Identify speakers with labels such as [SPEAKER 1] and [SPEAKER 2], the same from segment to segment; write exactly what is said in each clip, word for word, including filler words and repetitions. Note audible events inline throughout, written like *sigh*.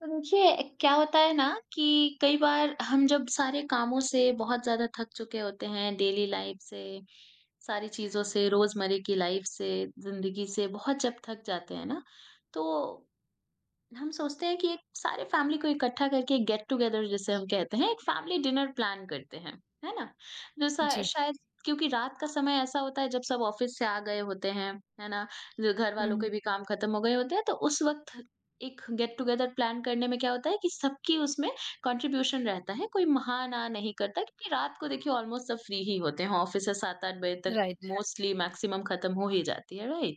[SPEAKER 1] तो देखिए, क्या होता है ना कि कई बार हम जब सारे कामों से बहुत ज़्यादा थक चुके होते हैं डेली लाइफ से, सारी चीज़ों से, रोज़मर्रे की लाइफ से, ज़िंदगी से बहुत जब थक जाते हैं ना, तो हम सोचते हैं कि एक सारे फैमिली को इकट्ठा करके एक गेट टुगेदर जिसे हम कहते हैं, एक फैमिली डिनर प्लान करते हैं, है ना? जो सा
[SPEAKER 2] जी।
[SPEAKER 1] शायद क्योंकि रात का समय ऐसा होता है जब सब ऑफिस से आ गए होते हैं, है ना? जो घर वालों
[SPEAKER 2] हुँ,
[SPEAKER 1] के भी काम खत्म हो गए होते हैं, तो उस वक़्त एक गेट टुगेदर प्लान करने में क्या होता है कि सबकी उसमें कंट्रीब्यूशन रहता है, कोई महा-ना नहीं करता क्योंकि रात को देखिए ऑलमोस्ट सब फ्री ही होते हैं, ऑफिस से सात आठ बजे तक
[SPEAKER 2] राइट।
[SPEAKER 1] मोस्टली मैक्सिमम खत्म हो ही जाती है, राइट?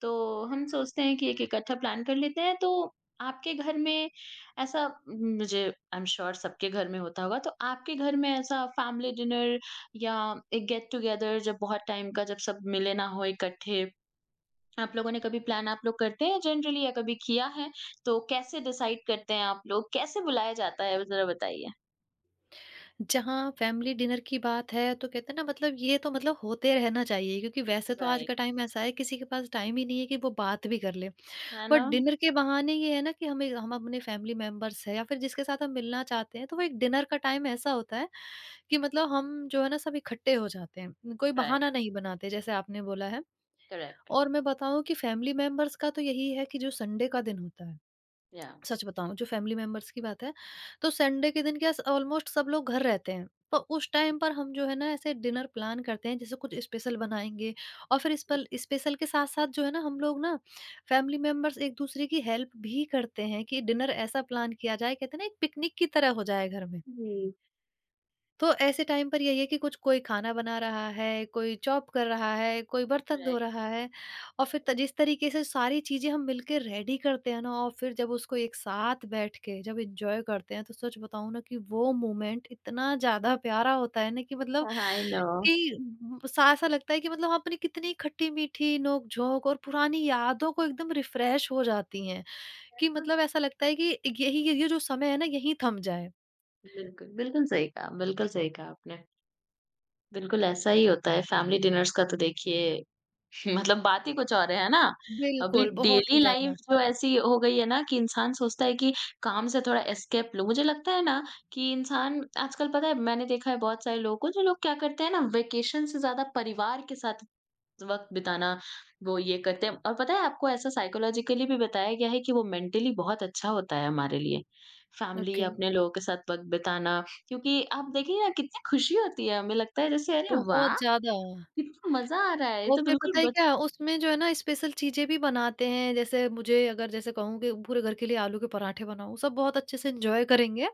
[SPEAKER 1] तो हम सोचते हैं कि एक इकट्ठा प्लान कर लेते हैं तो आपके घर में ऐसा उम, मुझे आई एम श्योर सबके घर में होता होगा, तो आपके घर में ऐसा फैमिली डिनर या एक गेट टुगेदर जब बहुत टाइम का जब सब मिले ना हो इकट्ठे, आप लोगों ने कभी प्लान आप लोग करते हैं जनरली या कभी किया है? तो कैसे डिसाइड करते हैं आप लोग? कैसे बुलाया जाता है, ज़रा बताइए?
[SPEAKER 2] जहाँ फैमिली डिनर की बात है तो कहते हैं ना मतलब ये तो मतलब होते रहना चाहिए, क्योंकि वैसे तो आज
[SPEAKER 1] राइट।
[SPEAKER 2] का टाइम ऐसा है किसी के पास टाइम ही नहीं है कि वो बात भी कर ले।
[SPEAKER 1] है
[SPEAKER 2] बट
[SPEAKER 1] ना?
[SPEAKER 2] डिनर के बहाने ये है ना कि हमें हम अपने फैमिली मेंबर्स हैं या फिर जिसके साथ हम मिलना चाहते हैं, तो वो एक डिनर का टाइम ऐसा होता है कि मतलब हम जो है ना सब इकट्ठे हो जाते हैं। कोई
[SPEAKER 1] राइट,
[SPEAKER 2] बहाना नहीं बनाते जैसे आपने बोला है।
[SPEAKER 1] करेक्ट।
[SPEAKER 2] और मैं बताऊँ कि फैमिली मेंबर्स का तो यही है कि जो संडे का दिन होता है।
[SPEAKER 1] या।
[SPEAKER 2] सच बताऊँ, जो फैमिली मेंबर्स की बात है, तो संडे के दिन क्या स ऑलमोस्ट सब लोग घर रहते हैं। तो उस टाइम पर हम जो है ना ऐसे डिनर प्लान करते हैं, जैसे कुछ स्पेशल बनाएँगे और फिर स्पल स्पेशल के साथ-साथ जो है ना हम लोग ना फैमिली मेंबर्स एक-दूसरे की हेल्प भी करते हैं कि डिनर ऐसा प्लान किया जाए, कहते हैं ना, एक पिकनिक की तरह हो जाए घर में।
[SPEAKER 1] जी।
[SPEAKER 2] तो ऐसे टाइम पर यही है कि कुछ कोई खाना बना रहा है, कोई चॉप कर रहा है, कोई बर्तन धो
[SPEAKER 1] राइट,
[SPEAKER 2] रहा है और फिर त
[SPEAKER 1] राइट।
[SPEAKER 2] जिस तरीके से सारी चीज़ें हम मिलके रेडी करते हैं ना, और फिर जब उसको एक साथ बैठ के जब एन्जॉय करते हैं, तो सच बताऊँ ना कि वो मोमेंट इतना ज़्यादा प्यारा होता है ना कि मतलब
[SPEAKER 1] हाँ, आई नो।
[SPEAKER 2] कि उम, सा ऐसा लगता है कि मतलब वहाँ पर कितनी खट्टी-मीठी नोक-झोंक और पुरानी यादों को एकदम रिफ्रेश हो जाती हैं, कि मतलब ऐसा लगता है कि यही ये ये जो समय है ना, यहीं थम जाए।
[SPEAKER 1] बिल्कुल, बिल्कुल सही कहा, बिल्कुल सही कहा आपने। बिल्कुल, ऐसा ही होता है फैमिली डिनर्स का, तो देखिए *laughs* मतलब बात ही कुछ और है, है ना? अभी
[SPEAKER 2] बिल्कुल, बहुत
[SPEAKER 1] डेली
[SPEAKER 2] ही
[SPEAKER 1] लाइफ़
[SPEAKER 2] ज़्यादा।
[SPEAKER 1] जो ऐसी हो गई है ना कि इंसान सोचता है कि काम से थोड़ा एस्केप लूँ। मुझे लगता है ना कि इंसान आजकल पता है, मैंने देखा है बहुत सारे लोगों को जो लोग क्या करते हैं ना, वेकेशन से ज़्यादा परिवार के साथ वक़्त बिताना, वो ये करते हैं और पता है आपको, ऐसा साइकोलॉजिकली भी बताया गया है कि वो मेंटली बहुत अच्छा होता है हमारे लिए। Family,
[SPEAKER 2] okay.
[SPEAKER 1] अपने लोगों के साथ वक़्त बिताना क्योंकि आप देखिए ना कितनी खुशी होती है, हमें लगता है जैसे अरे
[SPEAKER 2] बहुत
[SPEAKER 1] वाह!
[SPEAKER 2] ज़्यादा।
[SPEAKER 1] कितना मज़ा आ रहा है, ये
[SPEAKER 2] और
[SPEAKER 1] तो
[SPEAKER 2] फिर
[SPEAKER 1] बिल्कुल
[SPEAKER 2] पता है
[SPEAKER 1] बचपन
[SPEAKER 2] क्या उसमें जो है ना स्पेशल चीज़ें भी बनाते हैं, जैसे मुझे अगर जैसे कहूँ कि पूरे घर के लिए आलू के पराठे बनाओ, सब बहुत अच्छे से एन्जॉय करेंगे।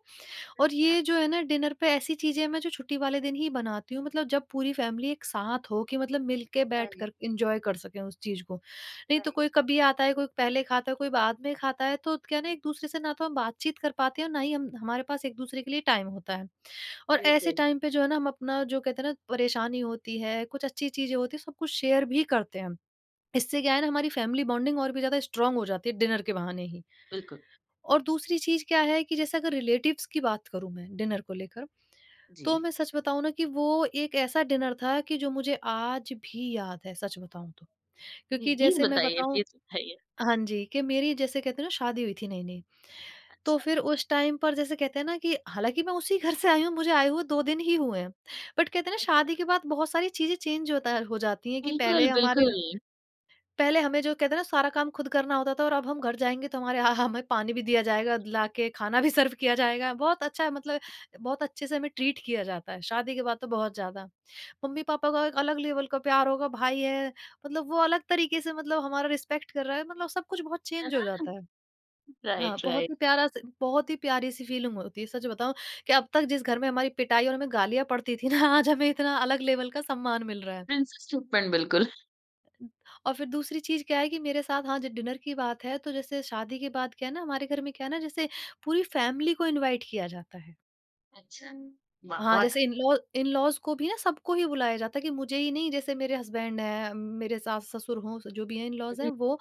[SPEAKER 2] और
[SPEAKER 1] से आ
[SPEAKER 2] ये जो है ना डिनर पे ऐसी चीज़ें मैं जो छुट्टी वाले दिन ही बनाती हूँ, मतलब जब पूरी फैमिली एक साथ हो कि मतलब मिल के
[SPEAKER 1] राइट,
[SPEAKER 2] बैठकर एन्जॉय कर सकें उस चीज़ को। नहीं तो कोई
[SPEAKER 1] राइट,
[SPEAKER 2] कभी आता है, कोई पहले खाता है, कोई बाद में खाता है, तो क्या है ना एक-दूसरे से ना तो हम बातचीत कर पाते हैं और ना ही हम हमारे पास एक-दूसरे के लिए टाइम होता है। और ऐसे
[SPEAKER 1] बिल्कुल,
[SPEAKER 2] टाइम पे जो है ना हम अपना जो कहते हैं ना परेशानी होती है, कुछ अच्छी चीज़ें होती हैं, सब कुछ शेयर भी करते हैं हम। इससे क्या है ना हमारी फैमिली बॉन्डिंग और भी ज़्यादा स्ट्रॉन्ग हो जाती है डिनर के बहाने ही।
[SPEAKER 1] बिल्कुल।
[SPEAKER 2] और दूसरी चीज़ क्या है कि जैसे अगर रिलेटिव्स की बात करूँ मैं डिनर को लेकर, तो
[SPEAKER 1] जी,
[SPEAKER 2] मैं सच बताऊँ ना कि वो एक ऐसा डिनर था कि जो मुझे आज भी याद है, सच बताऊँ तो।
[SPEAKER 1] जी,
[SPEAKER 2] क्योंकि
[SPEAKER 1] प्लीज़
[SPEAKER 2] जैसे मैं
[SPEAKER 1] बताइए,
[SPEAKER 2] बताऊँ,
[SPEAKER 1] प्लीज़ बताइए।
[SPEAKER 2] हाँ जी, कि मेरी जैसे कहते हैं ना शादी हुई थी नई-नई। तो
[SPEAKER 1] अच्छा,
[SPEAKER 2] फिर उस टाइम पर जैसे कहते हैं ना कि हालाँकि मैं उसी घर से आई हूँ, मुझे आए हुए दो दिन ही हुए हैं। बट कहते हैं ना
[SPEAKER 1] अच्छा,
[SPEAKER 2] शादी के बाद बहुत सारी चीज़ें चेंज होता हो जाती हैं कि
[SPEAKER 1] बिल्कुल,
[SPEAKER 2] पहले हमारे
[SPEAKER 1] बिल्कुल।
[SPEAKER 2] पहले हमें जो कहते हैं ना सारा काम खुद करना होता था और अब हम घर जाएँगे तो हमारे हाँ, हमें पानी भी दिया जाएगा लाके, खाना भी *laughs* सर्व किया जाएगा। बहुत अच्छा मतलब बहुत अच्छे से हमें ट्रीट किया जाता है, शादी के बाद तो बहुत ज़्यादा। मम्मी-पापा का एक अलग लेवल का प्यार होगा, भाई है मतलब वो अलग तरीके से मतलब हमारा रिस्पेक्ट कर रहा है, मतलब सब कुछ बहुत
[SPEAKER 1] है
[SPEAKER 2] चेंज हो
[SPEAKER 1] ना?
[SPEAKER 2] जाता है। हाँ,
[SPEAKER 1] राइट,
[SPEAKER 2] बहुत
[SPEAKER 1] राइट,
[SPEAKER 2] ही प्यारा स बहुत ही प्यारी-सी फीलिंग होती है। सच बताऊँ कि अब तक जिस घर में हमारी पिटाई और हमें गालियाँ पड़ती थी ना, आज हमें इतना अलग लेवल का सम्मान मिल रहा है।
[SPEAKER 1] प्रिंसेस ट्रीटमेंट बिल्कुल।
[SPEAKER 2] और फिर दूसरी चीज़ क्या है कि मेरे साथ हाँ, ज डिनर की बात है तो जैसे शादी के बाद क्या है ना हमारे घर में क्या है ना जैसे पूरी फैमिली को इनवाइट किया जाता है।
[SPEAKER 1] अच्छा, वाह!
[SPEAKER 2] हाँ,
[SPEAKER 1] बहुत
[SPEAKER 2] जैसे इन-लॉ इन-लॉज़ को भी ना सबको ही बुलाया जाता है कि मुझे ही नहीं, जैसे मेरे हस्बैंड हैं, मेरे सास-ससुर हों, जो भी हैं इन-लॉज़ हैं वो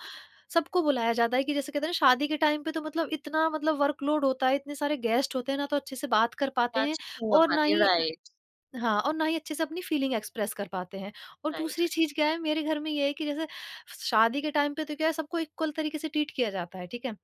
[SPEAKER 2] सबको बुलाया जाता है, कि जैसे कहते हैं ना शादी के टाइम पे तो मतलब इतना मतलब वर्कलोड होता है, इतने सारे गेस्ट होते हैं ना तो अच्छे से बात कर पाते हैं
[SPEAKER 1] बातचीत नहीं हो
[SPEAKER 2] और ना
[SPEAKER 1] पाती है,
[SPEAKER 2] ही
[SPEAKER 1] राइट,
[SPEAKER 2] हाँ, और ना ही अच्छे से अपनी फीलिंग एक्सप्रेस कर पाते हैं। और
[SPEAKER 1] राइट,
[SPEAKER 2] दूसरी
[SPEAKER 1] राइट।
[SPEAKER 2] चीज़ क्या है मेरे घर में ये है कि जैसे शादी के टाइम पे तो क्या है सबको इक्वल तरीके से ट्रीट किया जाता है, ठीक है?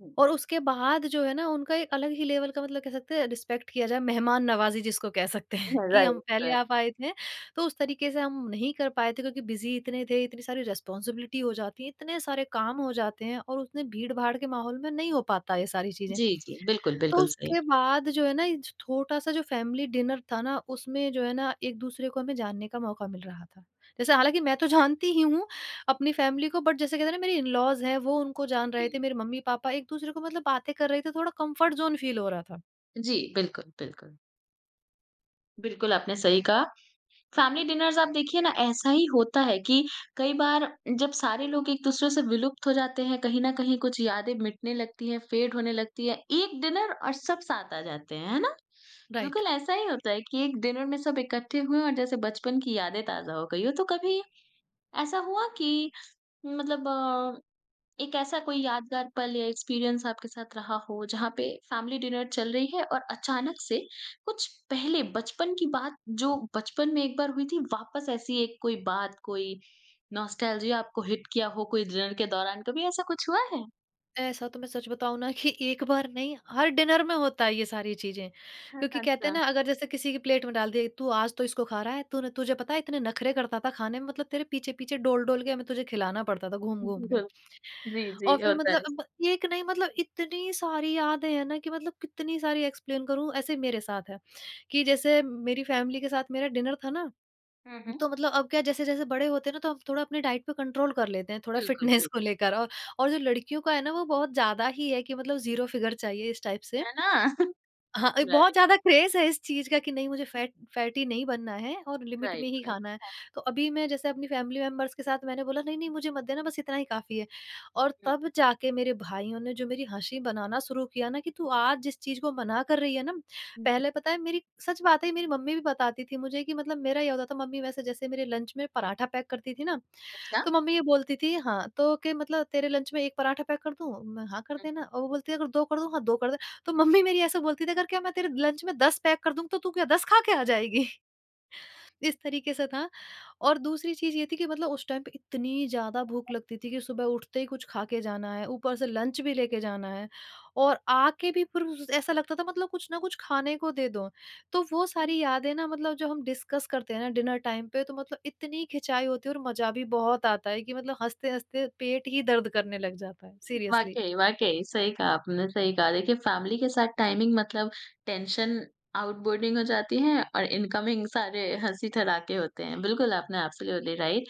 [SPEAKER 1] हुँ।
[SPEAKER 2] और उसके बाद जो है ना उनका एक अलग ही लेवल का मतलब कह सकते हैं रिस्पेक्ट किया जाए, मेहमान नवाज़ी जिसको कह सकते हैं *laughs* कि हम
[SPEAKER 1] राइट,
[SPEAKER 2] पहले
[SPEAKER 1] राइट।
[SPEAKER 2] आप आए थे, तो उस तरीके से हम नहीं कर पाए थे क्योंकि बिज़ी इतने थे, इतनी सारी रिस्पॉन्सिबिलिटी हो जाती है, इतने सारे काम हो जाते हैं और उतने भीड़-भाड़ के माहौल में नहीं हो पाता ये सारी चीज़ें।
[SPEAKER 1] जी, जी, बिल्कुल,
[SPEAKER 2] तो
[SPEAKER 1] बिल्कुल सही।
[SPEAKER 2] उसके बाद जो है ना ये छोटा-सा जो फैमिली डिनर था ना, उसमें जो है ना एक-दूसरे को हमें जानने का मौका मिल रहा था। जैसे हालाँकि मैं तो जानती ही हूँ अपनी फैमिली को, बट जैसे कहते हैं ना मेरे इन-लॉज़ हैं वो उनको जान रहे थे,
[SPEAKER 1] जी,
[SPEAKER 2] मेरे मम्मी-पापा एक-दूसरे को मतलब बातें कर रहे थे, थोड़ा कम्फर्ट ज़ोन फ़ील हो रहा था।
[SPEAKER 1] जी, बिल्कुल, बिल्कुल। बिल्कुल, आपने सही कहा। फैमिली डिनर्स आप देखिए ना, ऐसा ही होता है कि कई बार जब सारे लोग एक-दूसरे से विलुप्त हो जाते हैं, कहीं न कहीं कुछ यादें मिटने लगती हैं, फेड होने लगती है, एक डिनर और सब साथ आ जाते हैं, है ना?
[SPEAKER 2] राइट।
[SPEAKER 1] बिल्कुल ऐसा ही होता है कि एक डिनर में सब इकट्ठे हुए और जैसे बचपन की यादें ताज़ा हो गई हो। तो कभी ऐसा हुआ कि मतलब एक ऐसा कोई यादगार पल या एक्सपीरियंस आपके साथ रहा हो जहाँ पे फैमिली डिनर चल रही है और अचानक से कुछ पहले बचपन की बात जो बचपन में एक बार हुई थी वापस ऐसी एक कोई बात कोई नॉस्टैल्जिया आपको हिट किया हो, कोई डिनर के दौरान कभी ऐसा कुछ हुआ है?
[SPEAKER 2] ऐसा तो मैं सच बताऊँ ना कि एक बार नहीं, हर डिनर में होता है ये सारी चीज़ें।
[SPEAKER 1] हाँ,
[SPEAKER 2] क्योंकि कहते हैं
[SPEAKER 1] अच्छा
[SPEAKER 2] ना अगर जैसे किसी की प्लेट में डाल दिए, "तू आज तो इसको खा रहा है, तूने तुझे पता है इतने नखरे करता था खाने में, मतलब तेरे पीछे-पीछे डोल-डोल के हमें तुझे खिलाना पड़ता था घूम-घूम के।"
[SPEAKER 1] बिल्कुल। जी, जी
[SPEAKER 2] और फिर
[SPEAKER 1] होता है
[SPEAKER 2] मतलब
[SPEAKER 1] ऐसा।
[SPEAKER 2] अब एक नहीं मतलब इतनी सारी यादें हैं ना कि मतलब कितनी सारी एक्सप्लेन करूँ, ऐसे मेरे साथ है। कि जैसे मेरी फैमिली के साथ मेरा डिनर था ना,
[SPEAKER 1] हुँ, हुँ।
[SPEAKER 2] तो मतलब अब क्या जैसे-जैसे बड़े होते हैं ना, तो हम थोड़ा अपनी डाइट पे कंट्रोल कर लेते हैं, थोड़ा
[SPEAKER 1] बिल्कुल,
[SPEAKER 2] फिटनेस को
[SPEAKER 1] बिल्कुल।
[SPEAKER 2] लेकर। और और जो लड़कियों का है ना, वो बहुत ज़्यादा ही है कि मतलब ज़ीरो फिगर चाहिए इस टाइप से।
[SPEAKER 1] है ना? *laughs*
[SPEAKER 2] हाँ, एक बहुत
[SPEAKER 1] राइट,
[SPEAKER 2] ज़्यादा क्रेज़ है इस चीज़ का कि नहीं मुझे फैट फैटी नहीं बनना है और लिमिट में
[SPEAKER 1] राइट,
[SPEAKER 2] ही
[SPEAKER 1] राइट।
[SPEAKER 2] खाना है। तो अभी मैं जैसे अपनी फैमिली मेंबर्स के साथ मैंने बोला नहीं, नहीं मुझे मत देना, बस इतना ही काफ़ी है। और
[SPEAKER 1] हुँ,
[SPEAKER 2] तब जाके मेरे भाइयों ने जो मेरी हँसी बनाना शुरू किया ना कि तू आज जिस चीज़ को मना कर रही है ना,
[SPEAKER 1] हुँ, हुँ।
[SPEAKER 2] पहले पता है, मेरी सच बात है मेरी मम्मी भी बताती थी मुझे कि मतलब मेरा ये होता था, मम्मी वैसे जैसे मेरे लंच में पराठा पैक करती थी ना,
[SPEAKER 1] अच्छा।
[SPEAKER 2] तो मम्मी ये बोलती थी हाँ, तो कि मतलब तेरे लंच में एक पराठा पैक कर दूँ? मैं हाँ कर देना और वो बोलती है अगर दो कर दूँ? हाँ, दो कर। तो मम्मी मेरी ऐसे बोलती थी, अगर क्या मैं तेरे लंच में दस पैक कर दूँगी तो तू क्या दस खा के आ जाएगी? *laughs* इस तरीके से था। और दूसरी चीज़ ये थी कि मतलब उस टाइम पे इतनी ज़्यादा भूख लगती थी कि सुबह उठते ही कुछ खा के जाना है, ऊपर से लंच भी लेके जाना है और आके भी फिर उस ऐसा लगता था मतलब कुछ ना कुछ खाने को दे दो। तो वो सारी यादें ना, मतलब जो हम डिस्कस करते हैं ना डिनर टाइम पे, तो मतलब इतनी खिंचाई होती है और मज़ा भी बहुत आता है कि मतलब हँसते-हँसते पेट ही दर्द करने लग जाता है सीरियसली।
[SPEAKER 1] वाक़ई, वाक़ई, सही कहा आपने, सही कहा। देखिए फैमिली के साथ टाइमिंग मतलब टेंशन आउटबोर्डिंग हो जाती है और इनकमिंग सारे हँसी-ठराके होते हैं। बिल्कुल, आपने एब्सोल्यूटली राइट,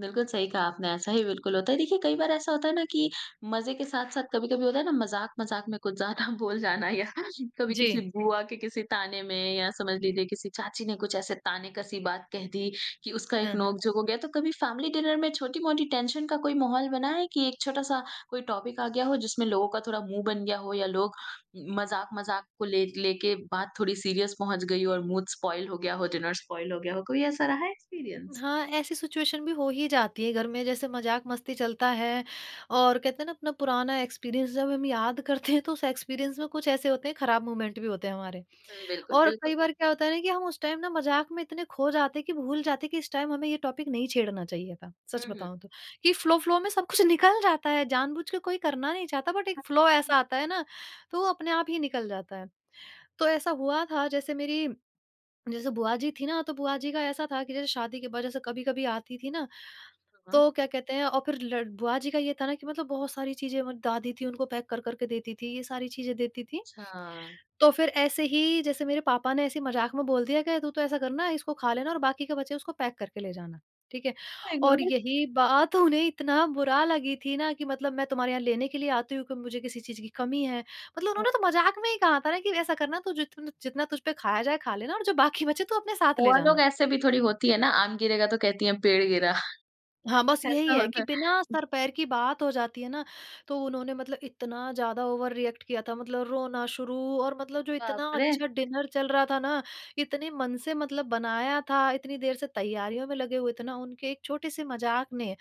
[SPEAKER 1] बिल्कुल सही कहा आपने, ऐसा ही बिल्कुल होता है। देखिए कई बार ऐसा होता है ना कि मज़े के साथ-साथ कभी-कभी होता है ना मज़ाक-मज़ाक में कुछ ज़्यादा *laughs* बोल जाना या कभी
[SPEAKER 2] जी।
[SPEAKER 1] किसी बुआ के किसी ताने में या समझ लीजिए किसी चाची ने कुछ ऐसे ताने-कसी बात कह दी कि उसका एक
[SPEAKER 2] हाँ, हाँ।
[SPEAKER 1] नोक-झोंक हो गया। तो कभी फैमिली डिनर में छोटी-मोटी टेंशन का कोई माहौल बना है कि एक छोटा-सा कोई टॉपिक आ गया हो जिसमें लोगों का थोड़ा मुँह बन गया हो या लोग मज़ाक-मज़ाक को ले लेके बात थोड़ी सीरियस पहुँच गई हो और मूड स्पॉइल हो गया हो, डिनर स्पॉइल हो गया हो, कोई ऐसा रहा है एक्सपीरियंस?
[SPEAKER 2] हाँ, ऐसी सिचुएशन भी हो ही जाती है घर में, जैसे मज़ाक-मस्ती चलता है और कहते हैं ना अपना पुराना एक्सपीरियंस जब हम याद करते हैं तो उस एक्सपीरियंस में कुछ ऐसे होते हैं, खराब मोमेंट भी होते हैं हमारे।
[SPEAKER 1] हुँ, बिल्कुल,
[SPEAKER 2] और
[SPEAKER 1] बिल्कुल।
[SPEAKER 2] कई बार क्या होता है ना कि हम उस टाइम ना मज़ाक में इतने खो जाते हैं कि भूल जाते हैं कि इस टाइम हमें ये टॉपिक नहीं छेड़ना चाहिए था,
[SPEAKER 1] हुँ,
[SPEAKER 2] सच
[SPEAKER 1] हुँ।
[SPEAKER 2] बताऊँ तो। कि फ्लो-फ्लो में सब कुछ *laughs* निकल जाता है, जानबूझ के कोई करना नहीं चाहता बट एक फ्लो ऐसा आता है ना, तो वो अपने आप ही निकल जाता है। तो ऐसा हुआ था जैसे मेरी, जैसे बुआ जी थी ना, तो बुआ जी का ऐसा था कि जैसे शादी के बाद जैसे कभी-कभी आती थी ना,
[SPEAKER 1] हाँ,
[SPEAKER 2] तो क्या कहते हैं, और फिर लड़ बुआ जी का ये था ना कि मतलब बहुत सारी चीज़ें मतलब दादी थी, उनको पैक कर-कर के देती थी, ये सारी चीज़ें देती थी।
[SPEAKER 1] अच्छा।
[SPEAKER 2] तो फिर ऐसे ही जैसे मेरे पापा ने ऐसे ही मज़ाक में बोल दिया कि, "तू तो ऐसा करना, इसको खा लेना और बाकी के बचे उसको पैक करके ले जाना।" ठीक है?
[SPEAKER 1] माय
[SPEAKER 2] और
[SPEAKER 1] गॉड!
[SPEAKER 2] यही बात उन्हें इतना बुरा लगी थी ना कि मतलब मैं तुम्हारे यहाँ लेने के लिए आती हूँ कि मुझे किसी चीज़ की कमी है। मतलब उन्होंने
[SPEAKER 1] हाँ,
[SPEAKER 2] तो मज़ाक में ही कहा था ना कि ऐसा करना, तू जित जितना तुझ पे खाया जाए खा लेना और जो बाकी बचे तू अपने साथ ले
[SPEAKER 1] बुआ लोग
[SPEAKER 2] जाना।
[SPEAKER 1] ऐसे भी थोड़ी होती है ना, आम गिरेगा तो कहती हैं पेड़ गिरा,
[SPEAKER 2] हाँ, बस
[SPEAKER 1] *laughs*
[SPEAKER 2] यही
[SPEAKER 1] ऐसा
[SPEAKER 2] है
[SPEAKER 1] होता
[SPEAKER 2] कि बिना
[SPEAKER 1] है।
[SPEAKER 2] सर-पैर की बात हो जाती है ना, तो उन्होंने मतलब इतना ज़्यादा ओवर रिएक्ट किया था, मतलब रोना शुरू। और मतलब जो इतना
[SPEAKER 1] बाप रे!
[SPEAKER 2] अच्छा डिनर चल रहा था ना, इतने मन से मतलब बनाया था, इतनी देर से तैयारियों में लगे हुए थे ना, उनके एक छोटे-से मज़ाक ने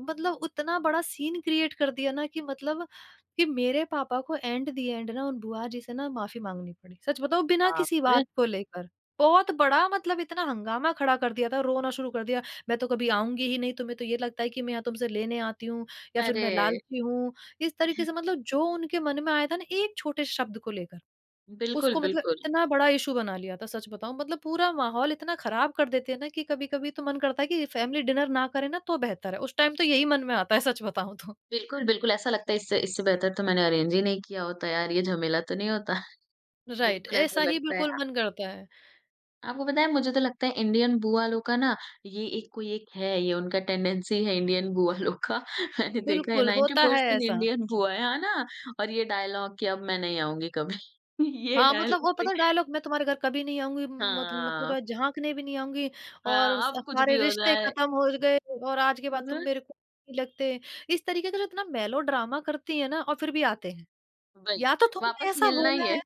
[SPEAKER 2] मतलब उतना बड़ा सीन क्रिएट कर दिया ना कि मतलब कि मेरे पापा को एंड द एंड ना उन बुआ जी से ना माफ़ी माँगनी पड़ी। सच बताऊँ, बिना
[SPEAKER 1] बाप
[SPEAKER 2] किसी
[SPEAKER 1] रे!
[SPEAKER 2] बात को लेकर। बहुत बड़ा मतलब इतना हंगामा खड़ा कर दिया था, रोना शुरू कर दिया। मैं तो कभी आऊँगी ही नहीं, तुम्हें तो ये लगता है कि मैं यहाँ तुमसे लेने आती हूँ या फिर मैं
[SPEAKER 1] अरे!
[SPEAKER 2] लालची हूँ। इस तरीके से मतलब जो उनके मन में आया था ना एक छोटे शब्द को लेकर,
[SPEAKER 1] बिल्कुल,
[SPEAKER 2] उसको मतलब
[SPEAKER 1] बिल्कुल।
[SPEAKER 2] इतना बड़ा इश्यू बना लिया था। सच बताऊँ, मतलब पूरा माहौल इतना ख़राब कर देते हैं ना कि कभी-कभी तो मन करता है कि फैमिली डिनर ना करें ना तो बेहतर है। उस टाइम तो यही मन में आता है, सच बताऊँ तो।
[SPEAKER 1] बिल्कुल, बिल्कुल ऐसा लगता है, इससे इससे बेहतर तो मैंने अरेंज ही नहीं किया होता यार, ये झमेला तो नहीं होता।
[SPEAKER 2] राइट,
[SPEAKER 1] बिल्कुल ऐसा
[SPEAKER 2] ऐसा ही
[SPEAKER 1] लगता है।
[SPEAKER 2] बिल्कुल मन करता है।
[SPEAKER 1] आपको पता है मुझे तो लगता है इंडियन बुआ लोग का ना ये एक कोई एक है, ये उनका टेंडेंसी है इंडियन बुआ लोग का। *laughs* मैंने देखा है
[SPEAKER 2] बिल्कुल, होता है
[SPEAKER 1] नाइंटी परसेंट
[SPEAKER 2] ऐसा।
[SPEAKER 1] इंडियन बुआ है, है ना? और ये डायलॉग कि अब मैं नहीं आऊँगी कभी। *laughs* ये
[SPEAKER 2] हाँ, मतलब
[SPEAKER 1] डायलॉग
[SPEAKER 2] वो
[SPEAKER 1] भी
[SPEAKER 2] पता है डायलॉग, मैं तुम्हारे घर कभी नहीं आऊँगी, मत
[SPEAKER 1] हाँ,
[SPEAKER 2] मतलब तो झाँकने भी नहीं आऊँगी और स
[SPEAKER 1] हाँ, अब कुछ
[SPEAKER 2] सारे
[SPEAKER 1] भी हो
[SPEAKER 2] रिश्ते
[SPEAKER 1] जाए।
[SPEAKER 2] ख़त्म हो गए और आज के बाद तुम
[SPEAKER 1] मतलब
[SPEAKER 2] मेरे को नहीं लगते। इस तरीके का जो इतना मेलोड्रामा करती हैं ना, और फिर भी आते हैं।
[SPEAKER 1] वही,
[SPEAKER 2] या तो तुमने
[SPEAKER 1] वापस
[SPEAKER 2] ऐसा
[SPEAKER 1] मिलना ही
[SPEAKER 2] बोला
[SPEAKER 1] है।
[SPEAKER 2] है।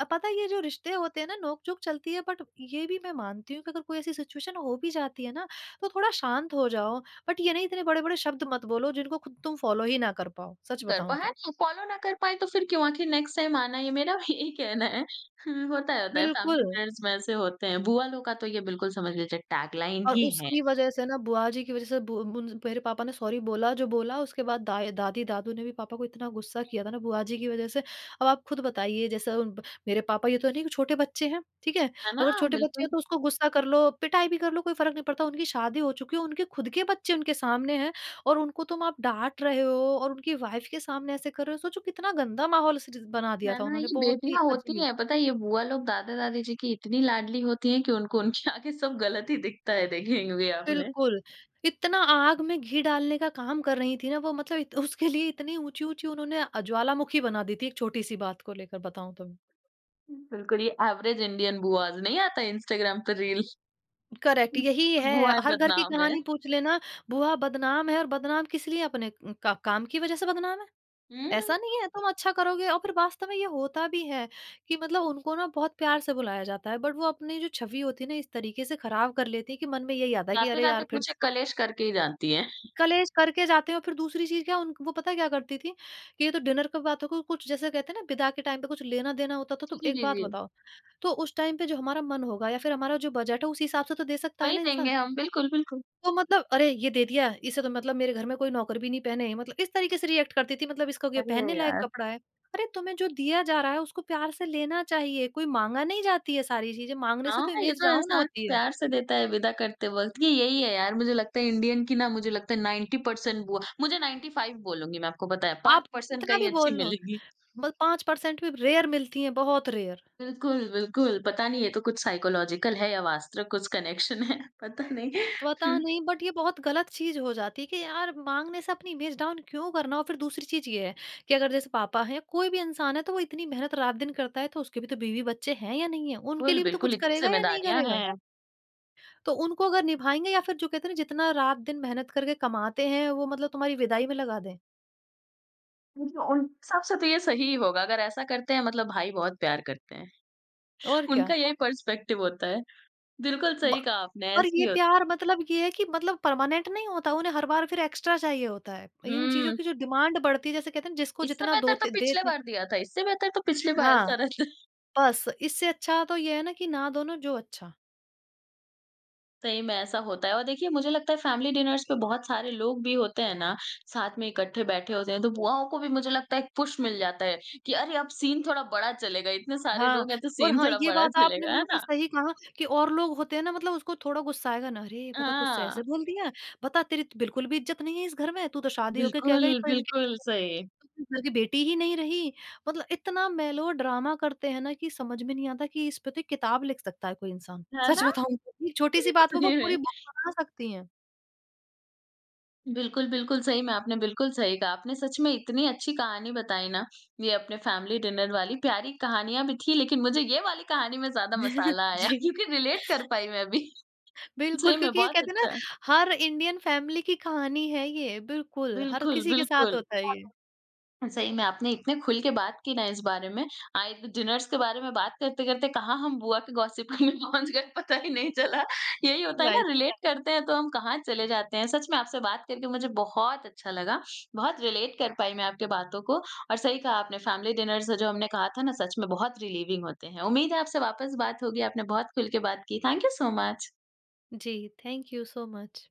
[SPEAKER 2] अ, पता है ये जो रिश्ते होते हैं ना, नोक-झोंक चलती है, बट ये भी मैं मानती हूँ कि अगर कोई ऐसी सिचुएशन हो भी जाती है ना, तो थोड़ा शांत हो जाओ, बट ये नहीं इतने बड़े-बड़े शब्द मत बोलो जिनको खुद तुम फ़ॉलो ही ना कर पाओ, सच
[SPEAKER 1] कर पा
[SPEAKER 2] बताऊँ
[SPEAKER 1] है
[SPEAKER 2] तो।
[SPEAKER 1] ना, फ़ॉलो ना कर पाए तो फिर क्यों आखिर नेक्स्ट टाइम आना, ये मेरा भी यही कहना है। *laughs* होता है, होता है
[SPEAKER 2] बिल्कुल।
[SPEAKER 1] फैमिली फ्रेंड्स में ऐसे होते हैं। बुआ लोग का तो ये बिल्कुल समझ लीजिए टैगलाइन
[SPEAKER 2] और
[SPEAKER 1] ही है।
[SPEAKER 2] उसकी वजह से ना, बुआ जी की वजह से बु मुन मेरे पापा ने सॉरी बोला, जो बोला उसके बाद दाएँ दादी-दादू ने भी पापा को इतना गुस्सा किया था ना, बुआ जी की वजह से। अब आप खुद बताइए, जैसे उन ब मेरे पापा, ये तो नहीं कि छोटे बच्चे हैं, ठीक है?
[SPEAKER 1] है ना?
[SPEAKER 2] अगर छोटे बच्चे
[SPEAKER 1] बिल्कुल,
[SPEAKER 2] हैं तो उसको गुस्सा कर लो, पिटाई भी कर लो, कोई फ़र्क नहीं पड़ता। उनकी शादी हो चुकी है, उनके खुद के बच्चे उनके सामने हैं और उनको तुम आप डाँट रहे हो और उनकी वाइफ़ के सामने ऐसे कर रहे हो, सोचो कितना गंदा माहौल सृज बना दिया
[SPEAKER 1] है
[SPEAKER 2] था
[SPEAKER 1] ना?
[SPEAKER 2] उन्होंने,
[SPEAKER 1] ये
[SPEAKER 2] बहुत ही
[SPEAKER 1] बेटियाँ होती
[SPEAKER 2] अजीब।
[SPEAKER 1] हैं, पता है ये बुआ लोग दादा-दादी जी की इतनी लाडली होती हैं कि उनको उनके आगे सब गलत ही दिखता है, देखेंगे आपने।
[SPEAKER 2] बिल्कुल, इतना आग में घी डालने का काम कर रही थी ना वो, मतलब इत उसके लिए इतनी ऊँची-ऊँची उन्होंने अ, ज्वालामुखी बना दी थी एक छोटी-सी बात को लेकर, बताऊँ तो मैं।
[SPEAKER 1] बिल्कुल ये एवरेज इंडियन बुआज़ नहीं आता इंस्टाग्राम पे रील,
[SPEAKER 2] करेक्ट, यही है,
[SPEAKER 1] बुआएँ *laughs*
[SPEAKER 2] हर घर की
[SPEAKER 1] बदनाम है।
[SPEAKER 2] कहानी पूछ लेना। बुआ बदनाम है, और बदनाम किस लिए? अपने का काम की वज़ह से बदनाम है।
[SPEAKER 1] हुँ,
[SPEAKER 2] ऐसा नहीं है तुम अच्छा करोगे और फिर वास्तव में ये होता भी है कि मतलब उनको ना बहुत प्यार से बुलाया जाता है, बट वो अपनी जो छवि होती है ना इस तरीके से खराब कर लेती है कि मन में यही आता है कि अरे
[SPEAKER 1] जाते-जाते
[SPEAKER 2] यार, फिर
[SPEAKER 1] कुछ एक कलेश करके ही जाती हैं।
[SPEAKER 2] कलेश करके जाते हैं। और फिर दूसरी चीज़ क्या, उन वो पता है क्या करती थी, कि ये तो डिनर की बात हो गई, कुछ जैसे कहते हैं ना विदा के टाइम पे कुछ लेना-देना होता था,
[SPEAKER 1] जी,
[SPEAKER 2] तो
[SPEAKER 1] जी,
[SPEAKER 2] एक
[SPEAKER 1] जी,
[SPEAKER 2] बात
[SPEAKER 1] जी।
[SPEAKER 2] बताओ, तो उस टाइम पे जो हमारा मन होगा या फिर हमारा जो बजट है, उसी हिसाब से तो दे सकता है
[SPEAKER 1] वही
[SPEAKER 2] ना
[SPEAKER 1] देंगे
[SPEAKER 2] इंसान।
[SPEAKER 1] हम, बिल्कुल, बिल्कुल।
[SPEAKER 2] तो मतलब, अरे! ये दे दिया, इसे तो, मतलब मेरे घर में कोई नौकर भी नहीं पहने, मतलब इस तरीके से रिएक्ट करती थी, मतलब इसका ये
[SPEAKER 1] अरे
[SPEAKER 2] पहनने लायक
[SPEAKER 1] यार!
[SPEAKER 2] कपड़ा है। अरे! तुम्हें जो दिया जा रहा है उसको प्यार से लेना चाहिए, कोई माँगा नहीं जाती है सारी चीज़ें, माँगने से
[SPEAKER 1] हाँ,
[SPEAKER 2] तो
[SPEAKER 1] ये
[SPEAKER 2] इमेज
[SPEAKER 1] तो
[SPEAKER 2] डाउन
[SPEAKER 1] इंसान
[SPEAKER 2] होती है।
[SPEAKER 1] प्यार से देता है विदा करते वक़्त, कि यही है यार, मुझे लगता है इंडियन की ना, मुझे लगता है नाइंटी परसेंट बुआ, मुझे नाइंटी फ़ाइव बोलूँगी मैं, आपको बताया,
[SPEAKER 2] आप
[SPEAKER 1] फ़ाइव परसेंट
[SPEAKER 2] कितना
[SPEAKER 1] कहीं
[SPEAKER 2] भी बोल
[SPEAKER 1] अच्छी
[SPEAKER 2] लो,
[SPEAKER 1] मिलेगी।
[SPEAKER 2] बस फाइव परसेंट भी रेयर मिलती हैं, बहुत रेयर।
[SPEAKER 1] बिल्कुल, बिल्कुल। पता नहीं ये तो कुछ साइकोलॉजिकल है या वास्तविक कुछ कनेक्शन है *laughs* पता नहीं।
[SPEAKER 2] पता
[SPEAKER 1] हुँ,
[SPEAKER 2] नहीं, बट ये बहुत गलत चीज़ हो जाती है कि यार, माँगने से अपनी इमेज डाउन क्यों करना? और फिर दूसरी चीज़ ये है कि अगर जैसे पापा हैं, कोई भी इंसान है, तो वो इतनी मेहनत रात-दिन करता है, तो उसके भी तो बीवी-बच्चे हैं या नहीं है? उनके
[SPEAKER 1] बिल्कुल,
[SPEAKER 2] लिए भी तो
[SPEAKER 1] बिल्कुल
[SPEAKER 2] कुछ
[SPEAKER 1] इतनी
[SPEAKER 2] करेगा या नहीं
[SPEAKER 1] ज़िम्मेदारियाँ
[SPEAKER 2] करेगा?
[SPEAKER 1] हैं।
[SPEAKER 2] तो उनको अगर निभाएँगे या फिर जो कहते हैं ना, जितना रात-दिन मेहनत करके कमाते हैं वो मतलब तुम्हारी विदाई में लगा दें।
[SPEAKER 1] मुझे उन हिसाब से तो ये सही होगा अगर ऐसा करते हैं, मतलब भाई बहुत प्यार करते हैं।
[SPEAKER 2] और
[SPEAKER 1] *laughs*
[SPEAKER 2] क्या?
[SPEAKER 1] उनका यही पर्सपेक्टिव होता है। बिल्कुल
[SPEAKER 2] ब
[SPEAKER 1] सही कहा आपने,
[SPEAKER 2] और
[SPEAKER 1] ऐसे ही
[SPEAKER 2] ये
[SPEAKER 1] होता
[SPEAKER 2] प्यार मतलब ये है कि मतलब परमानेंट नहीं होता, उन्हें हर बार फिर एक्स्ट्रा चाहिए होता है। इन चीज़ों
[SPEAKER 1] हुँ।
[SPEAKER 2] की जो डिमांड बढ़ती है, जैसे कहते हैं ना, जिसको
[SPEAKER 1] इससे
[SPEAKER 2] जितना
[SPEAKER 1] बेहतर तो
[SPEAKER 2] दोते
[SPEAKER 1] पिछले
[SPEAKER 2] देते।
[SPEAKER 1] बार दिया था, इससे बेहतर तो पिछली बार, ऐसा
[SPEAKER 2] हाँ।
[SPEAKER 1] रहता है। *laughs*
[SPEAKER 2] बस, इससे अच्छा तो ये है ना कि ना, दोनों जो अच्छा।
[SPEAKER 1] सही में ऐसा होता है, और देखिए मुझे लगता है फैमिली डिनर्स पे बहुत सारे लोग भी होते हैं ना, साथ में इकट्ठे बैठे होते हैं, तो बुआओं को भी मुझे लगता है एक पुश मिल जाता है कि अरे अब सीन थोड़ा बड़ा चलेगा, इतने सारे
[SPEAKER 2] हाँ,
[SPEAKER 1] लोग हैं तो
[SPEAKER 2] और
[SPEAKER 1] सीन
[SPEAKER 2] हाँ,
[SPEAKER 1] थोड़ा
[SPEAKER 2] ये
[SPEAKER 1] बड़ा
[SPEAKER 2] बात आपने
[SPEAKER 1] चलेगा, है
[SPEAKER 2] बिल्कुल
[SPEAKER 1] ना?
[SPEAKER 2] सही कहा कि और लोग होते हैं ना, मतलब उसको थोड़ा गुस्सा आएगा ना, "अरे! बता, तुझसे
[SPEAKER 1] हाँ,
[SPEAKER 2] ऐसे बोल दिया, बता, तेरी तो बिल्कुल भी इज़्ज़त नहीं है इस घर में, तू तो शादी होके क्या
[SPEAKER 1] बिल्कुल,
[SPEAKER 2] गई तो इनके
[SPEAKER 1] बिल्कुल सही।
[SPEAKER 2] तो इस घर की बेटी ही नहीं रही।" मतलब इतना मेलोड्रामा करते हैं ना कि समझ में नहीं आता कि इस पे तो एक किताब लिख सकता है कोई इंसान।
[SPEAKER 1] है
[SPEAKER 2] सच
[SPEAKER 1] ना?
[SPEAKER 2] बताऊँ तो, एक छोटी-सी
[SPEAKER 1] *laughs*
[SPEAKER 2] बात पे वो
[SPEAKER 1] सही में।
[SPEAKER 2] पूरी बुक बना सकती हैं।
[SPEAKER 1] बिल्कुल, बिल्कुल सही में आपने बिल्कुल सही कहा। आपने सच में इतनी अच्छी कहानी बताई ना, ये अपने फैमिली डिनर वाली, प्यारी कहानियाँ भी थी लेकिन मुझे ये वाली कहानी में ज़्यादा
[SPEAKER 2] *laughs*
[SPEAKER 1] मसाला आया *laughs*
[SPEAKER 2] जी।
[SPEAKER 1] क्योंकि रिलेट कर पाई मैं भी। *laughs* सही
[SPEAKER 2] बिल्कुल,
[SPEAKER 1] में
[SPEAKER 2] क्योंकि ये
[SPEAKER 1] बहुत
[SPEAKER 2] कहते हैं ना,
[SPEAKER 1] अच्छा,
[SPEAKER 2] हर इंडियन फैमिली की कहानी है ये। बिल्कुल, हर
[SPEAKER 1] बिल्कुल,
[SPEAKER 2] किसी के साथ
[SPEAKER 1] बिल्कुल।
[SPEAKER 2] होता है ये।
[SPEAKER 1] सही में आपने इतने खुल के बात की ना इस बारे में। आए डिनर्स के बारे में बात करते-करते कहाँ हम बुआ के गॉसिप में *laughs* पहुँच गए पता ही नहीं चला। यही होता है ना,
[SPEAKER 2] राइट।
[SPEAKER 1] रिलेट करते हैं तो हम कहाँ चले जाते हैं। सच में आपसे बात करके मुझे बहुत अच्छा लगा। बहुत रिलेट कर पाई मैं आपकी बातों को और सही कहा आपने, फैमिली डिनर्स जो हमने कहा था ना, सच में बहुत रिलीविंग होते हैं। उम्मीद है आपसे वापस बात होगी। आपने बहुत खुल के बात की। Thank you so much.
[SPEAKER 2] जी, थैंक यू सो मच।